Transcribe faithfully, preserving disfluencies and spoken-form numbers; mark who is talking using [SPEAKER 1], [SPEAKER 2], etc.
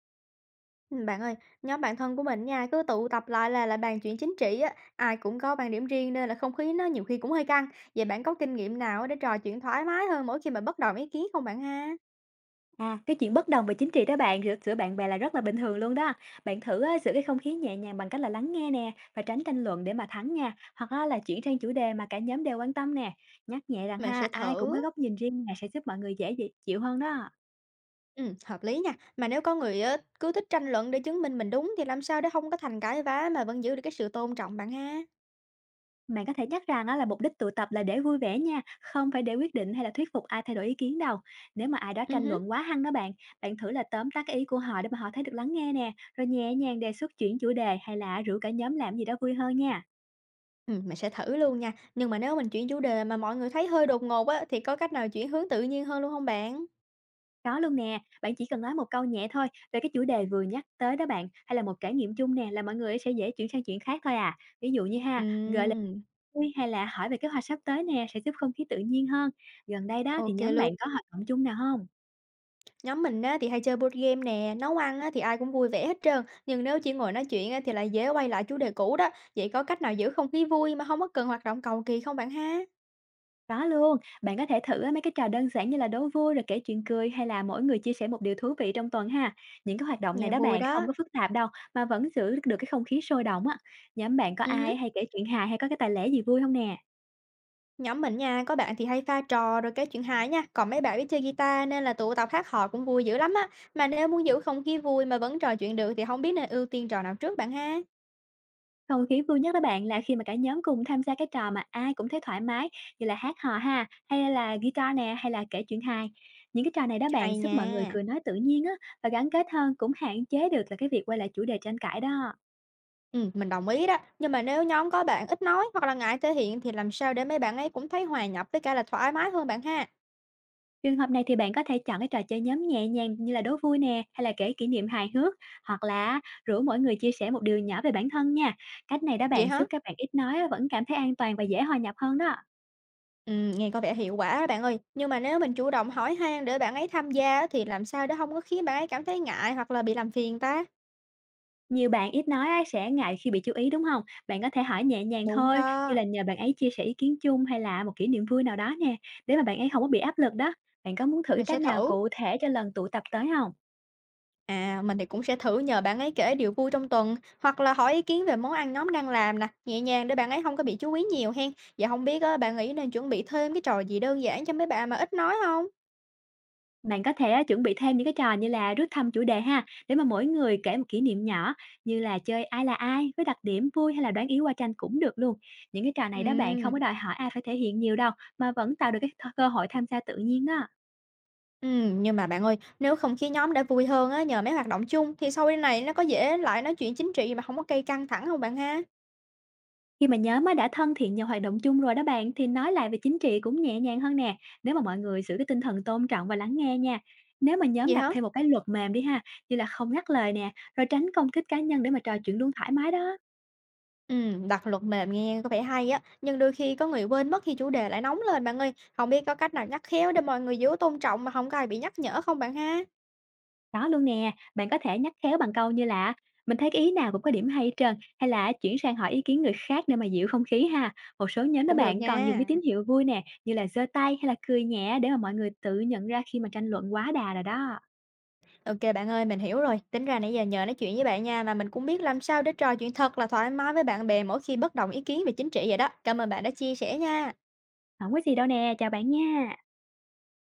[SPEAKER 1] Ừm, bạn ơi, nhóm bạn thân của mình nha, cứ tụ tập lại là là bàn chuyện chính trị á, ai cũng có bàn điểm riêng nên là không khí nó nhiều khi cũng hơi căng. Vậy bạn có kinh nghiệm nào để trò chuyện thoải mái hơn mỗi khi mà bất đồng ý kiến không bạn ha?
[SPEAKER 2] À, cái chuyện bất đồng về chính trị đó bạn, giữa giữa bạn bè là rất là bình thường luôn đó. Bạn thử á, giữ cái không khí nhẹ nhàng bằng cách là lắng nghe nè và tránh tranh luận để mà thắng nha, hoặc á, là chuyển sang chủ đề mà cả nhóm đều quan tâm nè. Nhắc nhẹ rằng
[SPEAKER 1] Mình
[SPEAKER 2] ha,
[SPEAKER 1] sẽ
[SPEAKER 2] ai cũng
[SPEAKER 1] thử.
[SPEAKER 2] có góc nhìn riêng nè sẽ giúp mọi người dễ dị- chịu hơn đó.
[SPEAKER 1] Ừ, hợp lý nha. Mà nếu có người á, cứ thích tranh luận để chứng minh mình đúng thì làm sao để không có thành cãi vã mà vẫn giữ được cái sự tôn trọng bạn ha?
[SPEAKER 2] Bạn có thể nhắc rằng á, là mục đích tụ tập là để vui vẻ nha, không phải để quyết định hay là thuyết phục ai thay đổi ý kiến đâu. Nếu mà ai đó
[SPEAKER 1] Ừ,
[SPEAKER 2] tranh
[SPEAKER 1] hứ,
[SPEAKER 2] luận quá hăng đó bạn, bạn thử là tóm tắt cái ý của họ để mà họ thấy được lắng nghe nè, rồi nhẹ nhàng đề xuất chuyển chủ đề hay là rủ cả nhóm làm gì đó vui hơn nha.
[SPEAKER 1] ừ, mình sẽ thử luôn nha. Nhưng mà nếu mình chuyển chủ đề mà mọi người thấy hơi đột ngột á, thì có cách nào chuyển hướng tự nhiên hơn luôn không bạn?
[SPEAKER 2] Có luôn nè, bạn chỉ cần nói một câu nhẹ thôi về cái chủ đề vừa nhắc tới đó bạn, hay là một trải nghiệm chung nè là mọi người sẽ dễ chuyển sang chuyện khác thôi à. Ví dụ như ha, gợi là
[SPEAKER 1] Ừ,
[SPEAKER 2] vui hay là hỏi về kế hoạch sắp tới nè sẽ giúp không khí tự nhiên hơn. Gần đây đó thì
[SPEAKER 1] ok
[SPEAKER 2] nhóm
[SPEAKER 1] luôn.
[SPEAKER 2] bạn có hoạt động chung nào không?
[SPEAKER 1] Nhóm mình á, thì hay chơi board game nè, nấu ăn á, thì ai cũng vui vẻ hết trơn. Nhưng nếu chỉ ngồi nói chuyện á, thì lại dễ quay lại chủ đề cũ đó. Vậy có cách nào giữ không khí vui mà không có cần hoạt động cầu kỳ không bạn ha?
[SPEAKER 2] Có luôn, bạn có thể thử á, mấy cái trò đơn giản như là đố vui rồi kể chuyện cười hay là mỗi người chia sẻ một điều thú vị trong tuần ha. Những cái hoạt động này
[SPEAKER 1] Nghe
[SPEAKER 2] đó
[SPEAKER 1] vui
[SPEAKER 2] bạn không
[SPEAKER 1] đó.
[SPEAKER 2] có phức tạp đâu mà vẫn giữ được cái không khí sôi động á. Nhóm bạn có
[SPEAKER 1] Ừ hứ.
[SPEAKER 2] ai hay kể chuyện hài hay có cái tài lẻ gì vui không nè?
[SPEAKER 1] Nhóm mình nha, có bạn thì hay pha trò rồi kể chuyện hài nha. Còn mấy bạn biết chơi guitar nên là tụ tập hát hò cũng vui dữ lắm á. Mà nếu muốn giữ không khí vui mà vẫn trò chuyện được thì không biết nên ưu tiên trò nào trước bạn ha?
[SPEAKER 2] Không khí vui nhất đó bạn là khi mà cả nhóm cùng tham gia cái trò mà ai cũng thấy thoải mái, như là hát hò ha, hay là guitar nè, hay là kể chuyện hài. Những cái trò này đó bạn
[SPEAKER 1] Hay
[SPEAKER 2] giúp mọi người
[SPEAKER 1] nha.
[SPEAKER 2] cười nói tự nhiên á và gắn kết hơn, cũng hạn chế được là cái việc quay lại chủ đề tranh cãi đó.
[SPEAKER 1] Ừ, mình đồng ý đó. Nhưng mà nếu nhóm có bạn ít nói hoặc là ngại thể hiện thì làm sao để mấy bạn ấy cũng thấy hòa nhập với cả là thoải mái hơn bạn ha?
[SPEAKER 2] Trường hợp này thì bạn có thể chọn cái trò chơi nhóm nhẹ nhàng như là đố vui nè, hay là kể kỷ niệm hài hước, hoặc là rủ mỗi người chia sẻ một điều nhỏ về bản thân nha. Cách này đó
[SPEAKER 1] Vậy
[SPEAKER 2] bạn giúp
[SPEAKER 1] hả?
[SPEAKER 2] các bạn ít nói á, vẫn cảm thấy an toàn và dễ hòa nhập hơn đó.
[SPEAKER 1] Ừm, nghe có vẻ hiệu quả á bạn ơi. Nhưng mà nếu mình chủ động hỏi han để bạn ấy tham gia á, thì làm sao để không có khiến bạn ấy cảm thấy ngại hoặc là bị làm phiền ta?
[SPEAKER 2] Nhiều bạn ít nói á, sẽ ngại khi bị chú ý, đúng không? Bạn có thể hỏi nhẹ nhàng
[SPEAKER 1] Đúng
[SPEAKER 2] thôi, như
[SPEAKER 1] đó,
[SPEAKER 2] là nhờ bạn ấy chia sẻ ý kiến chung hay là một kỷ niệm vui nào đó nè, để mà bạn ấy không có bị áp lực đó. Bạn có muốn thử cái
[SPEAKER 1] mình
[SPEAKER 2] cách
[SPEAKER 1] sẽ
[SPEAKER 2] nào
[SPEAKER 1] thử.
[SPEAKER 2] cụ thể cho lần tụ tập tới không?
[SPEAKER 1] À, mình thì cũng sẽ thử nhờ bạn ấy kể điều vui trong tuần hoặc là hỏi ý kiến về món ăn nhóm đang làm nè, nhẹ nhàng để bạn ấy không có bị chú ý nhiều hen. Và không biết á, bạn nghĩ nên chuẩn bị thêm cái trò gì đơn giản cho mấy bạn mà ít nói không?
[SPEAKER 2] Bạn có thể á, chuẩn bị thêm những cái trò như là rút thăm chủ đề ha, để mà mỗi người kể một kỷ niệm nhỏ, như là chơi "Ai là ai" với đặc điểm vui hay là đoán ý qua tranh cũng được luôn. Những cái trò này đó bạn, không có
[SPEAKER 1] Ừm.
[SPEAKER 2] đòi hỏi ai phải thể hiện nhiều đâu, mà vẫn tạo được cái th cơ hội tham gia tự nhiên đó.
[SPEAKER 1] Ừm, nhưng mà bạn ơi, nếu không khí nhóm đã vui hơn á, nhờ mấy hoạt động chung thì sau đây này nó có dễ lại nói chuyện chính trị mà không có gây căng thẳng không bạn ha?
[SPEAKER 2] Khi mà nhóm á đã thân thiện nhờ hoạt động chung rồi đó bạn, thì nói lại về chính trị cũng nhẹ nhàng hơn nè, nếu mà mọi người giữ cái tinh thần tôn trọng và lắng nghe nha. Nếu mà nhóm
[SPEAKER 1] Vậy
[SPEAKER 2] đặt
[SPEAKER 1] hả?
[SPEAKER 2] thêm một cái luật mềm đi ha, như là không ngắt lời nè rồi tránh công kích cá nhân để mà trò chuyện luôn thoải mái đó.
[SPEAKER 1] Ừm, đặt luật mềm nghe có vẻ hay á, nhưng đôi khi có người quên mất khi chủ đề lại nóng lên bạn ơi. Không biết có cách nào nhắc khéo để mọi người giữ tôn trọng mà không có ai bị nhắc nhở không bạn ha?
[SPEAKER 2] Đó luôn nè, bạn có thể nhắc khéo bằng câu như là mình thấy cái ý nào cũng có điểm hay hết trơn, hay là chuyển sang hỏi ý kiến người khác để mà dịu không khí ha. Một số nhóm đó
[SPEAKER 1] Cũng được
[SPEAKER 2] bạn còn dùng cái
[SPEAKER 1] nha.
[SPEAKER 2] tín hiệu vui nè, như là giơ tay hay là cười nhẹ để mà mọi người tự nhận ra khi mà tranh luận quá đà rồi đó.
[SPEAKER 1] Ok bạn ơi, mình hiểu rồi. Tính ra nãy giờ nhờ nói chuyện với bạn nha mà mình cũng biết làm sao để trò chuyện thật là thoải mái với bạn bè mỗi khi bất đồng ý kiến về chính trị vậy đó. Cảm ơn bạn đã chia sẻ nha.
[SPEAKER 2] Không có gì đâu nè, chào bạn nha.